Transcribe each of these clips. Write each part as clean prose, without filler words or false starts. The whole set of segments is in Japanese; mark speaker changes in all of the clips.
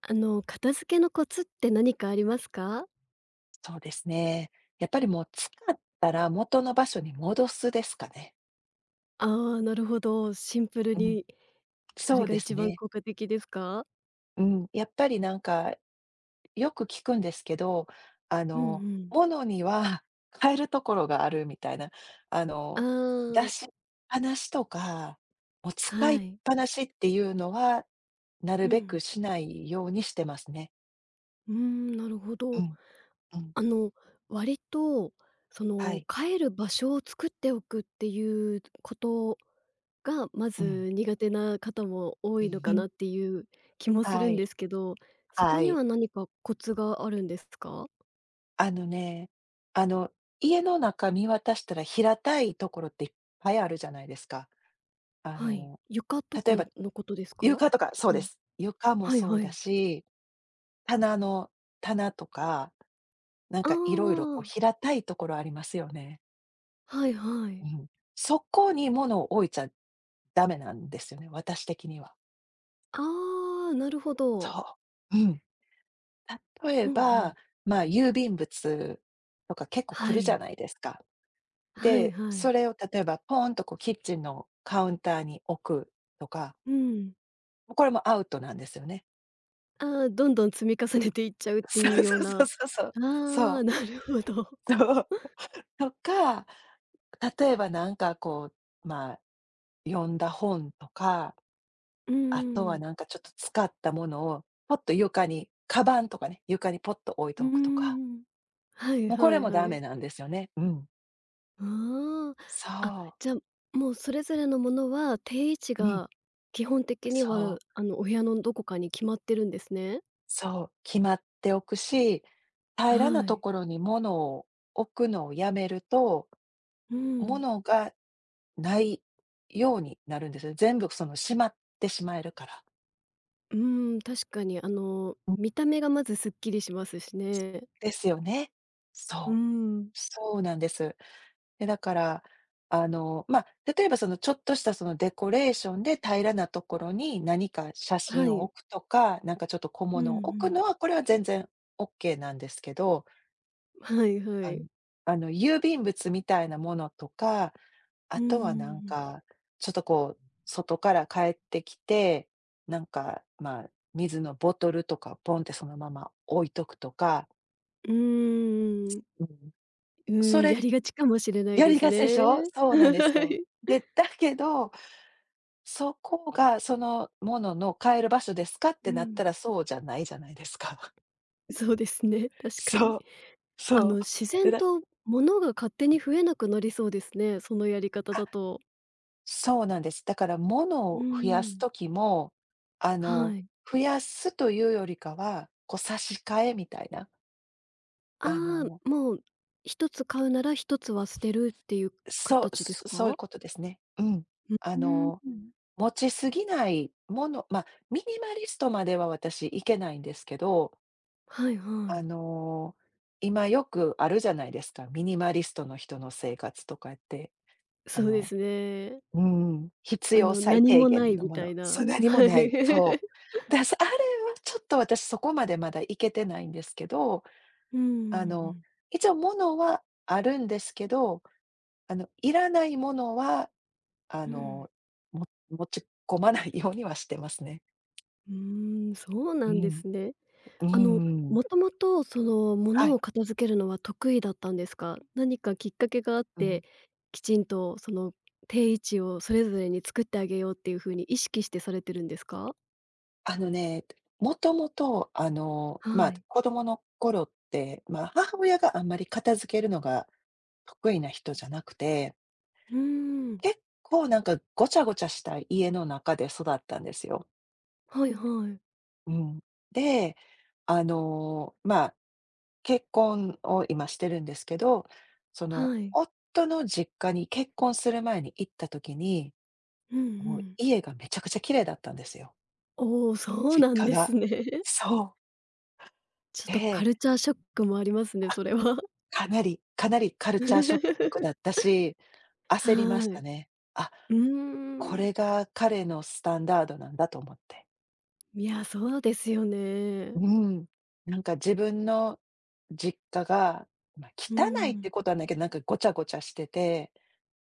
Speaker 1: 片付けのコツって何かありますか？
Speaker 2: そうですね。やっぱりもう使ったら元の場所に戻すですかね。
Speaker 1: ああー、なるほど。シンプル
Speaker 2: うん、
Speaker 1: に、そ
Speaker 2: そ
Speaker 1: れ
Speaker 2: う
Speaker 1: が
Speaker 2: です
Speaker 1: 一番
Speaker 2: ね。
Speaker 1: 効果的ですか？
Speaker 2: うん、やっぱりなんかよく聞くんですけど、あ
Speaker 1: うんう
Speaker 2: の、
Speaker 1: ん。
Speaker 2: 物には 変えるところがあるみたいな、あ
Speaker 1: あ
Speaker 2: の、出
Speaker 1: あ、
Speaker 2: しっぱなしとか、もう使い
Speaker 1: は
Speaker 2: っ
Speaker 1: い。
Speaker 2: ぱなしっていうのは、なる
Speaker 1: う
Speaker 2: べく
Speaker 1: ん。
Speaker 2: しないようにしてますね。
Speaker 1: うーん、なるほ
Speaker 2: う
Speaker 1: ど。
Speaker 2: ん、うん、
Speaker 1: あの、割と、
Speaker 2: はい、
Speaker 1: 帰る場所を作っておくっていうことが、ま
Speaker 2: うん、
Speaker 1: ず苦手な方も多いの
Speaker 2: う
Speaker 1: か
Speaker 2: ん、
Speaker 1: なっていう気もす
Speaker 2: は
Speaker 1: るん
Speaker 2: い、
Speaker 1: ですけど、そこ
Speaker 2: は
Speaker 1: に
Speaker 2: い。
Speaker 1: は何かコツがあるんですか？
Speaker 2: あのね、あの、家の中見渡したら平たいところっていっぱいあるじゃないですか。あ
Speaker 1: はい。
Speaker 2: の、
Speaker 1: 床と
Speaker 2: 例え
Speaker 1: か
Speaker 2: ば、
Speaker 1: のことですか？
Speaker 2: 床とかそう
Speaker 1: う
Speaker 2: で
Speaker 1: ん。
Speaker 2: す。床も
Speaker 1: はい
Speaker 2: そう
Speaker 1: は
Speaker 2: だ
Speaker 1: い。
Speaker 2: し、棚の棚とか、なん
Speaker 1: あ
Speaker 2: かいろいろこう
Speaker 1: あ、
Speaker 2: 平たいところありますよね。
Speaker 1: はいは
Speaker 2: う
Speaker 1: い。
Speaker 2: ん。そこに物を置いちゃダメなんですよね、私的には。
Speaker 1: ああ、なるほど。
Speaker 2: そう。うん。例え
Speaker 1: うんうん。
Speaker 2: ば、まあ、郵便物とか結構来
Speaker 1: は
Speaker 2: るじゃ
Speaker 1: い。
Speaker 2: ないですか。
Speaker 1: はい
Speaker 2: で、
Speaker 1: は
Speaker 2: そ
Speaker 1: い。
Speaker 2: れを例えばポーンとこうキッチンのカウンターに置くとか、
Speaker 1: うん。
Speaker 2: これもアウトなんですよね。
Speaker 1: ああ、どんどん積み重ねていっちゃうっ て
Speaker 2: そう
Speaker 1: いうよ
Speaker 2: そ
Speaker 1: う
Speaker 2: う
Speaker 1: な。
Speaker 2: そう
Speaker 1: あ
Speaker 2: そうそう。そ
Speaker 1: あ、
Speaker 2: う、
Speaker 1: なるほど。
Speaker 2: そう。とか、例えばなんかこう、まあ、読んだ本とか、
Speaker 1: うー
Speaker 2: あとは
Speaker 1: ん。
Speaker 2: なんかちょっと使ったものをポッと床に、カバンとかね、床にポッと置い
Speaker 1: う
Speaker 2: て
Speaker 1: ー
Speaker 2: おくとか、
Speaker 1: ん。はい
Speaker 2: もうこ
Speaker 1: は
Speaker 2: れ
Speaker 1: い
Speaker 2: もダ
Speaker 1: は
Speaker 2: メ
Speaker 1: い。
Speaker 2: なんですよね。うん。
Speaker 1: ああ。あ、
Speaker 2: そう。
Speaker 1: じゃ、もうそれぞれのものは定位置
Speaker 2: うん、
Speaker 1: が基本的には、
Speaker 2: そう。
Speaker 1: お部屋のどこかに決まってるんですね。
Speaker 2: そう、決まっておくし、平らな
Speaker 1: は
Speaker 2: と
Speaker 1: い。
Speaker 2: ころに物を置くのをやめると、
Speaker 1: うん。
Speaker 2: 物がないようになるんですよ。全部そのしまってしまえるから。
Speaker 1: うーん、確かに
Speaker 2: うん。
Speaker 1: 見た目がまずすっきりしますしね。
Speaker 2: ですよね。
Speaker 1: うー
Speaker 2: そう。
Speaker 1: ん。
Speaker 2: そうなんです。で、だから、あの、ま、あ例えばそのちょっとしたそのデコレーションで平らなところに何か写
Speaker 1: は
Speaker 2: 真を
Speaker 1: い。
Speaker 2: 置くとか、なんかちょっと小
Speaker 1: う
Speaker 2: 物
Speaker 1: ん
Speaker 2: を
Speaker 1: う
Speaker 2: 置く
Speaker 1: ん。
Speaker 2: のは、これは全然オッケーなんですけど。
Speaker 1: はいは
Speaker 2: あ
Speaker 1: い。
Speaker 2: の郵便物みたいなものとか、あ
Speaker 1: うんうんう
Speaker 2: とはなん
Speaker 1: ん。
Speaker 2: か、ちょっとこう、外から帰ってきて、なんか、まあ、水のボトルとかポンってそのまま置いとくとか、
Speaker 1: うーん。
Speaker 2: うん、
Speaker 1: うー
Speaker 2: そ
Speaker 1: ん、
Speaker 2: れ
Speaker 1: やりがちかもしれない
Speaker 2: や
Speaker 1: で
Speaker 2: り
Speaker 1: す
Speaker 2: がちでし
Speaker 1: ね。
Speaker 2: ょ？そうなんです
Speaker 1: は
Speaker 2: よ。
Speaker 1: い。
Speaker 2: で、だけど、そこがそのものの買える場所ですかっ
Speaker 1: う
Speaker 2: てなった
Speaker 1: ん。
Speaker 2: らそうじゃないじゃないですか。
Speaker 1: そうですね、確か
Speaker 2: そ
Speaker 1: に。
Speaker 2: う、そう。
Speaker 1: 自
Speaker 2: で、
Speaker 1: 然
Speaker 2: だ
Speaker 1: と物が勝手に増えなくなりそうですね、そのやり方
Speaker 2: あ
Speaker 1: だと。
Speaker 2: そうなんです。だからもの
Speaker 1: う
Speaker 2: を増
Speaker 1: んう
Speaker 2: やす
Speaker 1: ん。
Speaker 2: ときも、あ
Speaker 1: は
Speaker 2: の、
Speaker 1: い。
Speaker 2: 増やすというよりかは、こう差し替えみたいな、
Speaker 1: あ
Speaker 2: あの、
Speaker 1: あ、もう一つ買うなら一つは捨てるっていう形です
Speaker 2: そういう
Speaker 1: か？
Speaker 2: ことですね。うん。
Speaker 1: う
Speaker 2: あ
Speaker 1: ー
Speaker 2: の、
Speaker 1: ん。
Speaker 2: 持ちすぎないもの、まあ、ミニマリストまでは私いけないんですけど、
Speaker 1: はいは
Speaker 2: あ
Speaker 1: い。
Speaker 2: の、今よくあるじゃないですか。ミニマリストの人の生活とかって、あ
Speaker 1: そうで
Speaker 2: の
Speaker 1: すね。
Speaker 2: うん、必要最
Speaker 1: 何
Speaker 2: 低
Speaker 1: も
Speaker 2: 限
Speaker 1: ない
Speaker 2: の
Speaker 1: み
Speaker 2: も
Speaker 1: た
Speaker 2: の。
Speaker 1: い
Speaker 2: そう、
Speaker 1: な。
Speaker 2: 何も
Speaker 1: はい。
Speaker 2: ない。そ う。あれはちょっと私そこまでまだいけてないんですけど、
Speaker 1: うんうんう
Speaker 2: あの、
Speaker 1: ん。
Speaker 2: 一応物はあるんですけど、いらないものは、あ
Speaker 1: うん。
Speaker 2: の、持ち込まないようにはしてますね。
Speaker 1: うーん、そう
Speaker 2: う
Speaker 1: なんで
Speaker 2: ん。
Speaker 1: すね。
Speaker 2: うんうん。
Speaker 1: もともと
Speaker 2: は
Speaker 1: 物
Speaker 2: い。
Speaker 1: を片付けるのは得意だったんですか？何かきっかけがあっ
Speaker 2: うん。
Speaker 1: て、きちんとその定位置をそれぞれに作ってあげようっていう風に意識してされてるんですか？
Speaker 2: あのね、もともと、ま
Speaker 1: は
Speaker 2: あ、
Speaker 1: い。
Speaker 2: 子供の頃って、まあ、母親があんまり片付けるのが得意な人じゃなくて、
Speaker 1: うーん。
Speaker 2: 結構なんかごちゃごちゃした家の中で育ったんですよ。
Speaker 1: はいはい。
Speaker 2: うん。で、まあ、結婚を今してるんですけど、その
Speaker 1: はい。
Speaker 2: 夫の実家に結婚する前に行った時に、
Speaker 1: うんう
Speaker 2: もう
Speaker 1: ん。
Speaker 2: 家がめちゃくちゃ綺麗だったんですよ、
Speaker 1: おお、そう
Speaker 2: 実
Speaker 1: なん
Speaker 2: 家
Speaker 1: です
Speaker 2: が。
Speaker 1: ね。
Speaker 2: そう。
Speaker 1: ちょっとカ
Speaker 2: で、
Speaker 1: ルチャーショックもありますね、
Speaker 2: あ、
Speaker 1: それは。
Speaker 2: かなりかなりカルチャーショックだった し、焦りま
Speaker 1: は
Speaker 2: し
Speaker 1: い。
Speaker 2: た
Speaker 1: う
Speaker 2: ね。あ、
Speaker 1: ー
Speaker 2: こ
Speaker 1: ん。
Speaker 2: れが彼のスタンダードなんだと思って。
Speaker 1: いや、そうですよね。
Speaker 2: うん。なんか自分の実家が、まあ、
Speaker 1: う
Speaker 2: 汚いって
Speaker 1: ん。
Speaker 2: ことはないけど、なんかごちゃごちゃしてて、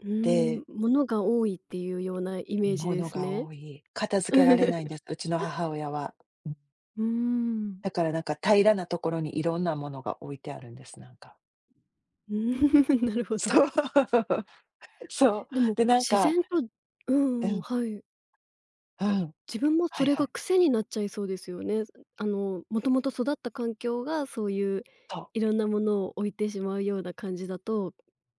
Speaker 1: うー
Speaker 2: で、
Speaker 1: ん、ものが多いっていうようなイメージで
Speaker 2: 物
Speaker 1: す
Speaker 2: が
Speaker 1: ね。
Speaker 2: 多い。片付けられないんで す、うちの母親は。うん。
Speaker 1: うーん。
Speaker 2: だからなんか平らなところにいろんなものが置いてあるんです、なんか。
Speaker 1: うーん なる ほど。
Speaker 2: そう。そう。
Speaker 1: でも、
Speaker 2: で、なん
Speaker 1: 自
Speaker 2: か
Speaker 1: 然とう
Speaker 2: う
Speaker 1: ん、
Speaker 2: ん、
Speaker 1: はい。
Speaker 2: うん。
Speaker 1: 自分も
Speaker 2: は
Speaker 1: そ
Speaker 2: い
Speaker 1: れ
Speaker 2: はい。
Speaker 1: が癖になっちゃいそうですよね。もともと育った環境がそういう
Speaker 2: そ
Speaker 1: い
Speaker 2: う。
Speaker 1: ろんなものを置いてしまうような感じだと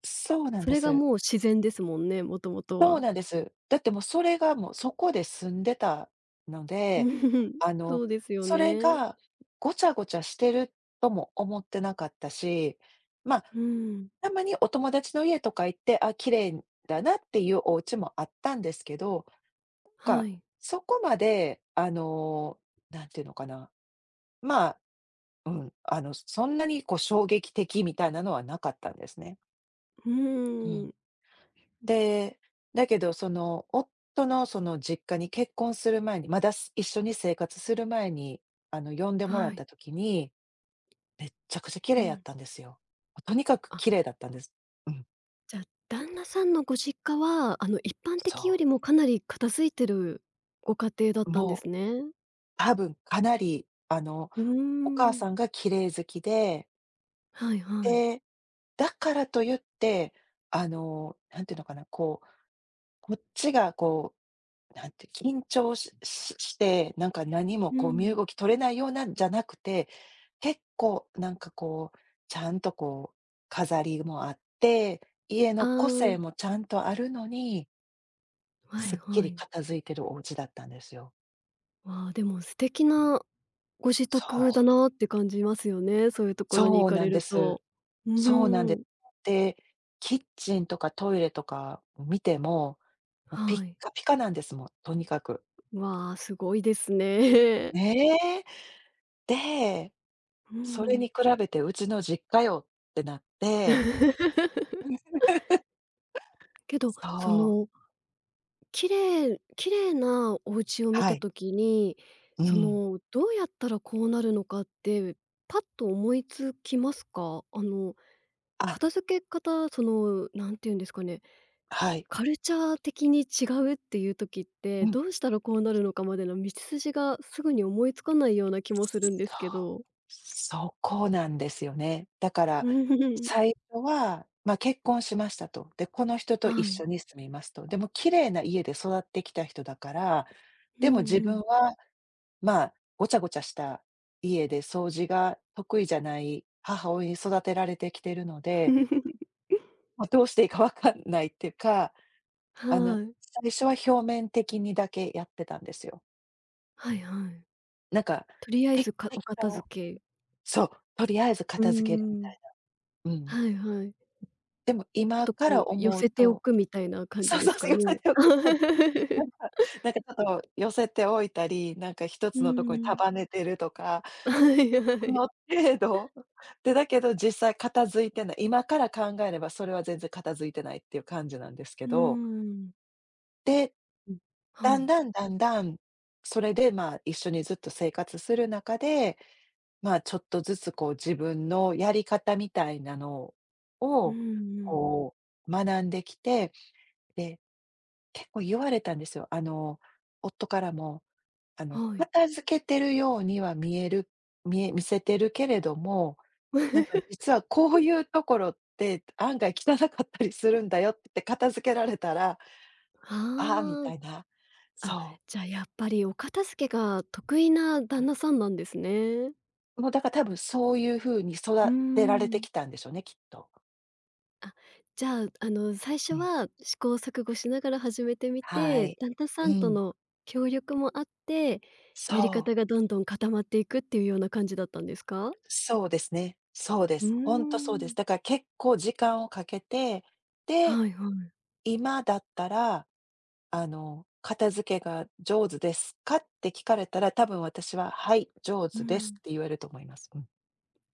Speaker 2: そうなん
Speaker 1: そ
Speaker 2: で
Speaker 1: れが
Speaker 2: す。
Speaker 1: もう自然ですもんね、もともとは。
Speaker 2: そ
Speaker 1: う
Speaker 2: う
Speaker 1: ん
Speaker 2: なんです。だってもうそれがもうそこで住んでたので、あの、
Speaker 1: そうですよ
Speaker 2: それ
Speaker 1: ね。
Speaker 2: がごちゃごちゃしてるとも思ってなかったし、まあ、
Speaker 1: うん。
Speaker 2: たまにお友達の家とか行って、あ、綺麗だなっていうお家もあったんですけど、
Speaker 1: は
Speaker 2: か、
Speaker 1: い。
Speaker 2: そこまでなんていうのかな、まあ、うん、そんなにこう衝撃的みたいなのはなかったんですね。
Speaker 1: う
Speaker 2: う
Speaker 1: ー
Speaker 2: ん。
Speaker 1: ん。
Speaker 2: で、だけどその、夫のその実家に結婚する前に、まだ一緒に生活する前に、呼んでもらっ
Speaker 1: は
Speaker 2: た
Speaker 1: い。
Speaker 2: 時に、めっちゃくちゃ綺
Speaker 1: う
Speaker 2: 麗やっ
Speaker 1: ん。
Speaker 2: たんですよ。とにかく
Speaker 1: あ、
Speaker 2: 綺麗だったんです。うん、
Speaker 1: じゃあ、旦那さんのご実家は、一般的よ
Speaker 2: そ
Speaker 1: りもかなり片付いてるご家庭だっ
Speaker 2: う。
Speaker 1: たんで
Speaker 2: もう
Speaker 1: すね。
Speaker 2: 多分かなり、
Speaker 1: うー
Speaker 2: お母
Speaker 1: ん。
Speaker 2: さんが綺麗好きで、
Speaker 1: はいはい。
Speaker 2: で、だからと言って、なんていうのかな、こう、こっちがこうなんて、緊張して、なんか何も
Speaker 1: う
Speaker 2: こう身
Speaker 1: ん。
Speaker 2: 動き取れないようなんじゃなくて、結構なんかこう、ちゃんとこう飾りもあって、家
Speaker 1: あ
Speaker 2: の個
Speaker 1: あ、
Speaker 2: 性もちゃんとあるのに、
Speaker 1: は
Speaker 2: す
Speaker 1: い
Speaker 2: っき
Speaker 1: は
Speaker 2: り
Speaker 1: い。
Speaker 2: 片付いてるお家だったんですよ。
Speaker 1: わあ、でも素敵なご自
Speaker 2: そ
Speaker 1: 宅
Speaker 2: う。
Speaker 1: だなって感じますよね、そういうところに行
Speaker 2: そう
Speaker 1: か
Speaker 2: な
Speaker 1: れ
Speaker 2: んで
Speaker 1: る
Speaker 2: す。
Speaker 1: と。う
Speaker 2: そうなん
Speaker 1: ー
Speaker 2: です。
Speaker 1: ん。
Speaker 2: で、キッチンとかトイレとか見ても、もうピッ
Speaker 1: はい。
Speaker 2: カピカなんです、とにかく。
Speaker 1: わあ、すごいですね。
Speaker 2: ねえ。で、
Speaker 1: う
Speaker 2: それ
Speaker 1: ん。
Speaker 2: に比べてうちの実家よってなって、
Speaker 1: けど、
Speaker 2: そう、
Speaker 1: 綺麗綺麗なお家を見
Speaker 2: は
Speaker 1: た
Speaker 2: い、
Speaker 1: 時に、
Speaker 2: うん、
Speaker 1: どうやったらこうなるのかって、パッと思いつきますか？
Speaker 2: あ、
Speaker 1: 片付け方、なんて言うんですかね、
Speaker 2: はい、
Speaker 1: カルチャー的に違うっていう時って、
Speaker 2: うん、
Speaker 1: どうしたらこうなるのかまでの道筋がすぐに思いつかないような気もするん
Speaker 2: そ
Speaker 1: で
Speaker 2: う、
Speaker 1: すけど。
Speaker 2: そこなんですよね。だから、
Speaker 1: うん
Speaker 2: 最初は、まあ、結婚しましたと。で、この人と一
Speaker 1: はい。
Speaker 2: 緒に住みますと。でも綺麗な家で育ってきた人だから、
Speaker 1: う
Speaker 2: で
Speaker 1: んう
Speaker 2: も自分
Speaker 1: ん。
Speaker 2: は、まあ、ごちゃごちゃした家で掃除が得意じゃない母親に育てられてきてるので、まあ、どうしていいか分かんないっていうか。あの、
Speaker 1: はい。
Speaker 2: 最初は表面的にだけやってたんですよ。
Speaker 1: はいはい。
Speaker 2: なんか、
Speaker 1: とりあえ
Speaker 2: テキ
Speaker 1: ずか
Speaker 2: テ
Speaker 1: お
Speaker 2: キ
Speaker 1: 片
Speaker 2: と、
Speaker 1: 付け
Speaker 2: そう、とりあえず
Speaker 1: う
Speaker 2: 片付けるみ
Speaker 1: ー
Speaker 2: た
Speaker 1: ん。
Speaker 2: い。うん。
Speaker 1: はいはい。
Speaker 2: でも
Speaker 1: ちょっ
Speaker 2: 今
Speaker 1: と
Speaker 2: か
Speaker 1: こう
Speaker 2: ら
Speaker 1: 寄
Speaker 2: 思う
Speaker 1: せてお
Speaker 2: と
Speaker 1: くみたいな感
Speaker 2: そ
Speaker 1: じ
Speaker 2: う、
Speaker 1: で
Speaker 2: そう
Speaker 1: す
Speaker 2: そ
Speaker 1: か
Speaker 2: う、寄せ
Speaker 1: ね？
Speaker 2: ておくと、なん かなんかちょっと寄せておいたり、なんか一
Speaker 1: う
Speaker 2: つ
Speaker 1: ー
Speaker 2: のとこに
Speaker 1: ん。
Speaker 2: 束ねてるとか、
Speaker 1: はいは
Speaker 2: こ
Speaker 1: い。
Speaker 2: の程度で、だけど実際片付いてない、今から考えればそれは全然片付いてないっていう感じなんですけ
Speaker 1: うー
Speaker 2: ど。
Speaker 1: ん。
Speaker 2: で、
Speaker 1: うん。は
Speaker 2: だん
Speaker 1: い。
Speaker 2: だんだんだん、それで、まあ、一緒にずっと生活する中で、まあ、ちょっとずつこう自分のやり方みたいなの
Speaker 1: う
Speaker 2: を、
Speaker 1: んうん。
Speaker 2: こう学んできて、で、結構言われたんですよ。夫からも、
Speaker 1: はい。
Speaker 2: 片付けてるようには見える見え見せてるけれども、なんか実 はこういうところって案外汚かったりするんだよって言って片付けられたら、ああ、み
Speaker 1: あ
Speaker 2: たいな。
Speaker 1: あ、あ、
Speaker 2: そう。
Speaker 1: じゃあやっぱりお片付けが得意な旦那さんなんですね。
Speaker 2: もうだから多分そういう風に
Speaker 1: う
Speaker 2: 育
Speaker 1: ー
Speaker 2: てられて
Speaker 1: ん。
Speaker 2: きたんでしょうね、きっと。
Speaker 1: あ、じゃあ、最
Speaker 2: う
Speaker 1: 初
Speaker 2: ん。
Speaker 1: は試行錯誤しながら始めてみ
Speaker 2: は
Speaker 1: て、
Speaker 2: い。
Speaker 1: 旦那
Speaker 2: う
Speaker 1: さんと
Speaker 2: ん。
Speaker 1: の協力もあって、やり
Speaker 2: そ
Speaker 1: 方
Speaker 2: う、
Speaker 1: がどんどん固まっていくっていうような感じだったんですか？
Speaker 2: そうですね。そうで
Speaker 1: うー
Speaker 2: す。ほんとそうです。
Speaker 1: ん。
Speaker 2: だから結構時間をかけて、で、
Speaker 1: はいはい。
Speaker 2: 今だったら、「片付けが上手ですか？」って聞かれたら、多分私は「はい、上
Speaker 1: う
Speaker 2: 手です」
Speaker 1: ん。
Speaker 2: って言えると思います。うん。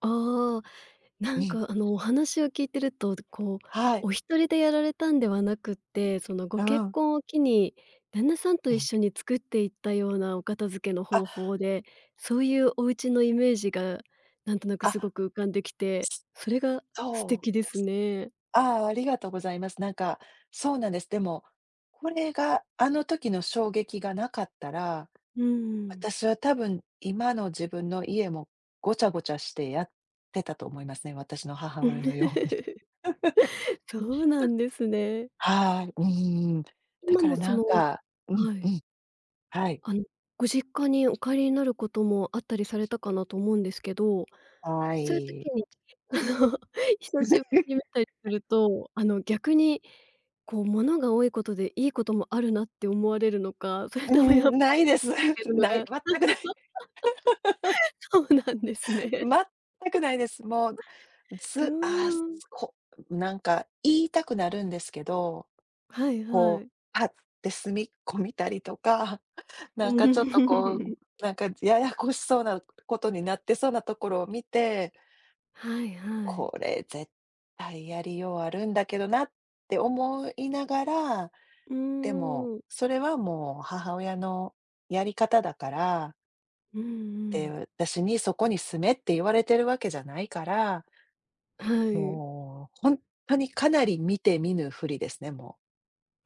Speaker 1: ああ。な
Speaker 2: う
Speaker 1: ん
Speaker 2: ん。
Speaker 1: かお話を聞いてると、こう、
Speaker 2: はい。
Speaker 1: お一人でやられたんではなくって、そのご
Speaker 2: う
Speaker 1: 結
Speaker 2: ん。
Speaker 1: 婚を機に、旦那さんと
Speaker 2: う
Speaker 1: 一
Speaker 2: ん。
Speaker 1: 緒に作っていったようなお片付けの
Speaker 2: あ、
Speaker 1: 方法で、そういうお家のイメージがなんとなく
Speaker 2: あ、
Speaker 1: すごく浮かんできて、それが素
Speaker 2: そ
Speaker 1: 敵
Speaker 2: う
Speaker 1: で
Speaker 2: で
Speaker 1: す
Speaker 2: す。
Speaker 1: ね。
Speaker 2: ああ、ありがとうございます。なんか、そうなんです。でも、これが、あの時の衝撃がなかったら、
Speaker 1: うん。
Speaker 2: 私は多分今の自分の家もごちゃごちゃしてやってたと思いますね、私の母親のように。
Speaker 1: そうなんですね。
Speaker 2: はい、うん、だ
Speaker 1: 今
Speaker 2: か
Speaker 1: も
Speaker 2: ら
Speaker 1: そ
Speaker 2: なん
Speaker 1: の
Speaker 2: か、うん
Speaker 1: は
Speaker 2: う
Speaker 1: い、
Speaker 2: ん、はい。
Speaker 1: あの、ご実家にお帰りになることもあったりされたかなと思うんですけど
Speaker 2: は
Speaker 1: そういう時
Speaker 2: い。
Speaker 1: に、あの、久しぶりに見 たりすると、逆に、こう、物が多いことでいいこともあるなって思われるのか、それ
Speaker 2: う
Speaker 1: ともやっ
Speaker 2: ん、ないです。
Speaker 1: ぱ るの
Speaker 2: ない、
Speaker 1: が
Speaker 2: 全 くない。
Speaker 1: そうなんですね。
Speaker 2: 全くないです。もう、
Speaker 1: うー
Speaker 2: ずああ、
Speaker 1: ん。
Speaker 2: こなんか言いたくなるんですけど、
Speaker 1: はいは
Speaker 2: こう、
Speaker 1: い。
Speaker 2: パッて隅っこ見たりとか、なんかちょっとこう、なんかややこしそうなことになってそうなところを見て、
Speaker 1: はいはい。
Speaker 2: これ絶対やりようあるんだけどなって思いながら、
Speaker 1: うー
Speaker 2: でも、
Speaker 1: ん。
Speaker 2: それはもう母親のやり方だから、
Speaker 1: うんう
Speaker 2: で、
Speaker 1: ん。
Speaker 2: 私にそこに住めって言われてるわけじゃないから、
Speaker 1: はい。
Speaker 2: もうほんとにかなり見て見ぬふりですね、もう。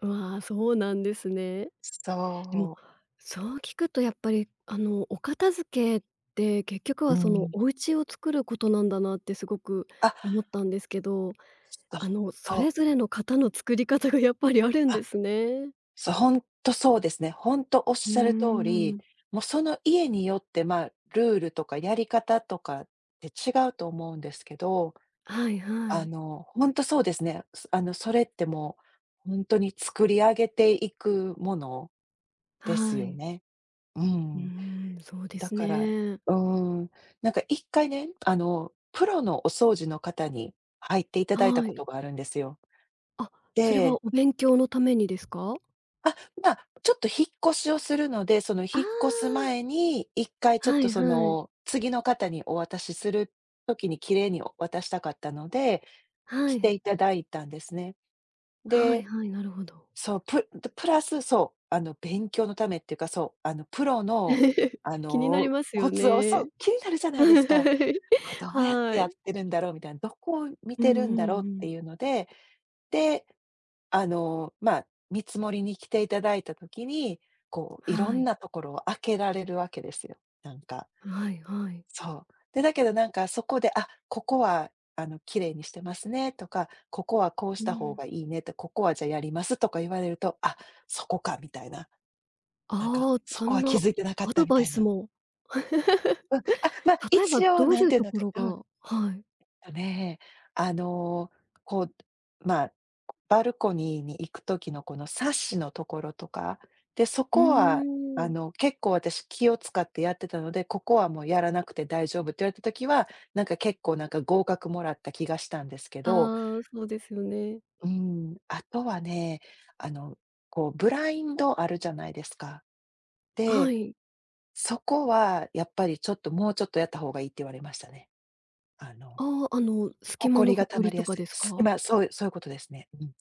Speaker 1: わあ、そうなんですね。
Speaker 2: そ
Speaker 1: でも、そう聞くとやっぱり、お片付けって結局
Speaker 2: う。
Speaker 1: はそ
Speaker 2: う
Speaker 1: の
Speaker 2: ん。
Speaker 1: お家を作ることなんだなってすごく思ったんですけど、
Speaker 2: あ、ほん
Speaker 1: それ
Speaker 2: と。
Speaker 1: ぞれの方の作り方がやっぱりあるんですね。
Speaker 2: そう、ほんとそうですね。ほんとおっ
Speaker 1: うー
Speaker 2: しゃる通り、
Speaker 1: ん。
Speaker 2: もうその家によって、まあ、ルールとかやり方とかって違うと思うんですけど、
Speaker 1: はいは
Speaker 2: あ
Speaker 1: い。
Speaker 2: の、ほんとそうですね。あの、それってもう、ほんとに作り上げていくものです
Speaker 1: は
Speaker 2: よ
Speaker 1: い。
Speaker 2: ね。う
Speaker 1: う
Speaker 2: ん。
Speaker 1: ーん、そうで
Speaker 2: だ
Speaker 1: す
Speaker 2: から、
Speaker 1: ね。
Speaker 2: うーん、なんか1回ね、あの、プロのお掃除の方に入っていただいた
Speaker 1: は
Speaker 2: こ
Speaker 1: い。
Speaker 2: とがあるんですよ。
Speaker 1: あ、それは
Speaker 2: で
Speaker 1: お勉強のためにですか？
Speaker 2: あ、まあ、ちょっと引っ越しをするので、その
Speaker 1: ああ、
Speaker 2: 引っ越す前に、一回ちょっ
Speaker 1: は
Speaker 2: と
Speaker 1: い
Speaker 2: そ
Speaker 1: はい。
Speaker 2: の、次の方にお渡しする時に綺麗にお渡したかったので、
Speaker 1: は
Speaker 2: 着て
Speaker 1: い。
Speaker 2: いただいたんですね。
Speaker 1: はい
Speaker 2: で、
Speaker 1: はい、なるほど。
Speaker 2: そう、ラス、そう、あの、勉強のためっていうか、そう、あの、プロの、あ
Speaker 1: 気になり
Speaker 2: の、
Speaker 1: ます
Speaker 2: コ
Speaker 1: よ
Speaker 2: ツを、そ
Speaker 1: ね。
Speaker 2: う、気になるじゃ ない
Speaker 1: は
Speaker 2: ですか。
Speaker 1: い。
Speaker 2: こうどうやって
Speaker 1: は
Speaker 2: や
Speaker 1: い
Speaker 2: ってるんだろうみたいな、どこを見
Speaker 1: うんう
Speaker 2: てるんだろう
Speaker 1: んう
Speaker 2: って
Speaker 1: ん。
Speaker 2: いうので、で、まあ、見積もりに来ていただいた時に、こう、いろ
Speaker 1: は
Speaker 2: ん
Speaker 1: い。
Speaker 2: なところを開けられるわけですよ、なんか。
Speaker 1: はいはい。
Speaker 2: そう。で、だけどなんかそこで、あ、ここはあの、綺麗にしてますねとか、ここはこうし
Speaker 1: う
Speaker 2: た方
Speaker 1: ん。
Speaker 2: がいいねって、ここはじゃあやりますとか言われると、あ、そこかみたいな、なんか、
Speaker 1: ああ、
Speaker 2: そ
Speaker 1: そ
Speaker 2: こは
Speaker 1: ん
Speaker 2: 気
Speaker 1: な
Speaker 2: づいてなかっ
Speaker 1: ア
Speaker 2: た
Speaker 1: ド
Speaker 2: み
Speaker 1: バ
Speaker 2: た
Speaker 1: イ
Speaker 2: い
Speaker 1: ス
Speaker 2: な。
Speaker 1: も。例えば
Speaker 2: 一応
Speaker 1: どう
Speaker 2: な
Speaker 1: い
Speaker 2: ん
Speaker 1: う
Speaker 2: ていう
Speaker 1: と
Speaker 2: の
Speaker 1: こ
Speaker 2: か、
Speaker 1: ろがはい。
Speaker 2: とね、あの、こう、まあ、バルコニーに行く時のこのサッシのところとか、で、そ
Speaker 1: うー
Speaker 2: こは、あ
Speaker 1: ん。
Speaker 2: の、結構私気を使ってやってたので、ここはもうやらなくて大丈夫って言われた時は、なんか結構なんか合格もらった気がしたんですけど、
Speaker 1: ああ、そうですよね。
Speaker 2: うん、あとはね、あの、こうブラインドあるじゃないですか。
Speaker 1: は
Speaker 2: で、
Speaker 1: い。
Speaker 2: そこはやっぱりちょっともうちょっとやった方がいいって言われましたね。あの
Speaker 1: ああ、隙
Speaker 2: ほ
Speaker 1: 間
Speaker 2: こ
Speaker 1: の
Speaker 2: りが
Speaker 1: ほ
Speaker 2: 溜
Speaker 1: こ
Speaker 2: ま
Speaker 1: り
Speaker 2: り
Speaker 1: と
Speaker 2: や
Speaker 1: か
Speaker 2: す
Speaker 1: で
Speaker 2: い。
Speaker 1: すか？
Speaker 2: 今、そう、そういうことですね。うん。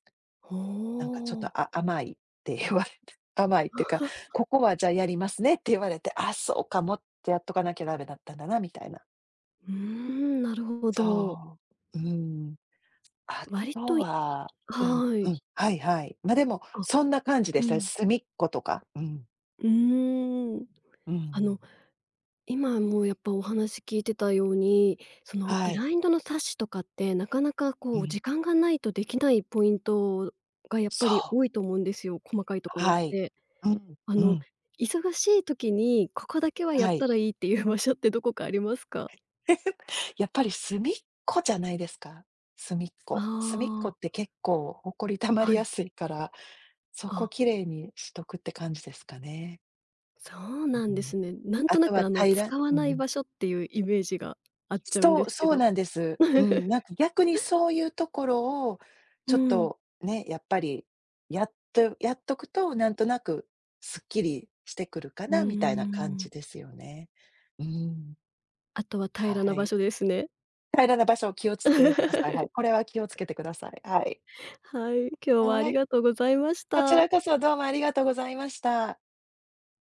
Speaker 1: お
Speaker 2: なんかちょっと、
Speaker 1: お。
Speaker 2: 甘いって言われて、甘いっていうか、ここはじゃあやりますねって言われて、あ、そうかもってやっとかなきゃダメだったんだなみたいな。
Speaker 1: うーん、なるほど。
Speaker 2: そう。うん。あ
Speaker 1: 割
Speaker 2: と
Speaker 1: とい
Speaker 2: は、うん
Speaker 1: は
Speaker 2: う
Speaker 1: い。
Speaker 2: ん、はいはい。ま、でも、
Speaker 1: あ、
Speaker 2: そんな感じで
Speaker 1: う
Speaker 2: したね。
Speaker 1: ん。
Speaker 2: 隅っことか。うん。
Speaker 1: うーん。
Speaker 2: う
Speaker 1: あ
Speaker 2: ん。
Speaker 1: の今もうやっぱお話聞いてたように、その
Speaker 2: は
Speaker 1: ブ
Speaker 2: い。
Speaker 1: ラインドの冊子とかってなかなか
Speaker 2: う
Speaker 1: こう
Speaker 2: ん。
Speaker 1: 時間がないとできないポイントがやっ
Speaker 2: そ
Speaker 1: ぱり多い
Speaker 2: う。
Speaker 1: と思うんですよ、細かいところっ
Speaker 2: はい。
Speaker 1: て。
Speaker 2: うん、
Speaker 1: あ
Speaker 2: う
Speaker 1: の
Speaker 2: ん。
Speaker 1: 忙しい時にここだけはやっ
Speaker 2: はい。
Speaker 1: たらいいっていう場所ってどこかありますか？
Speaker 2: やっぱり隅っこじゃないですか？隅っこ。隅っこ
Speaker 1: ああ
Speaker 2: って
Speaker 1: ー、
Speaker 2: 結構ほこり溜まり
Speaker 1: は
Speaker 2: や
Speaker 1: い。
Speaker 2: すいから、そこ
Speaker 1: あ、
Speaker 2: 綺麗にしとくって感じですかね。
Speaker 1: そうな
Speaker 2: う
Speaker 1: んで
Speaker 2: ん。
Speaker 1: すね。なん
Speaker 2: あ
Speaker 1: とな
Speaker 2: と
Speaker 1: く
Speaker 2: は
Speaker 1: あの
Speaker 2: 平ら
Speaker 1: 使わ
Speaker 2: う
Speaker 1: ない
Speaker 2: ん。
Speaker 1: 場所っていうイメージがあっちゃうん
Speaker 2: そ
Speaker 1: で
Speaker 2: う、
Speaker 1: すけ
Speaker 2: そう
Speaker 1: ど。
Speaker 2: なんです。うん、なん か逆にそういうところを
Speaker 1: う
Speaker 2: ちょっ
Speaker 1: ん。
Speaker 2: とね、やっぱりやっとくと、なんとなくすっきりしてくるか
Speaker 1: うー
Speaker 2: なみたいな感じで
Speaker 1: ん。
Speaker 2: すよね。うん、
Speaker 1: あとは平
Speaker 2: は
Speaker 1: らな場
Speaker 2: い。
Speaker 1: 所ですね。
Speaker 2: 平らな場所を気をつけてください。はい。これは気をつけてください。はい。
Speaker 1: はい、今日はあ
Speaker 2: は
Speaker 1: り
Speaker 2: い。
Speaker 1: がとうございまし
Speaker 2: こち
Speaker 1: た。
Speaker 2: らこそどうもありがとうございました。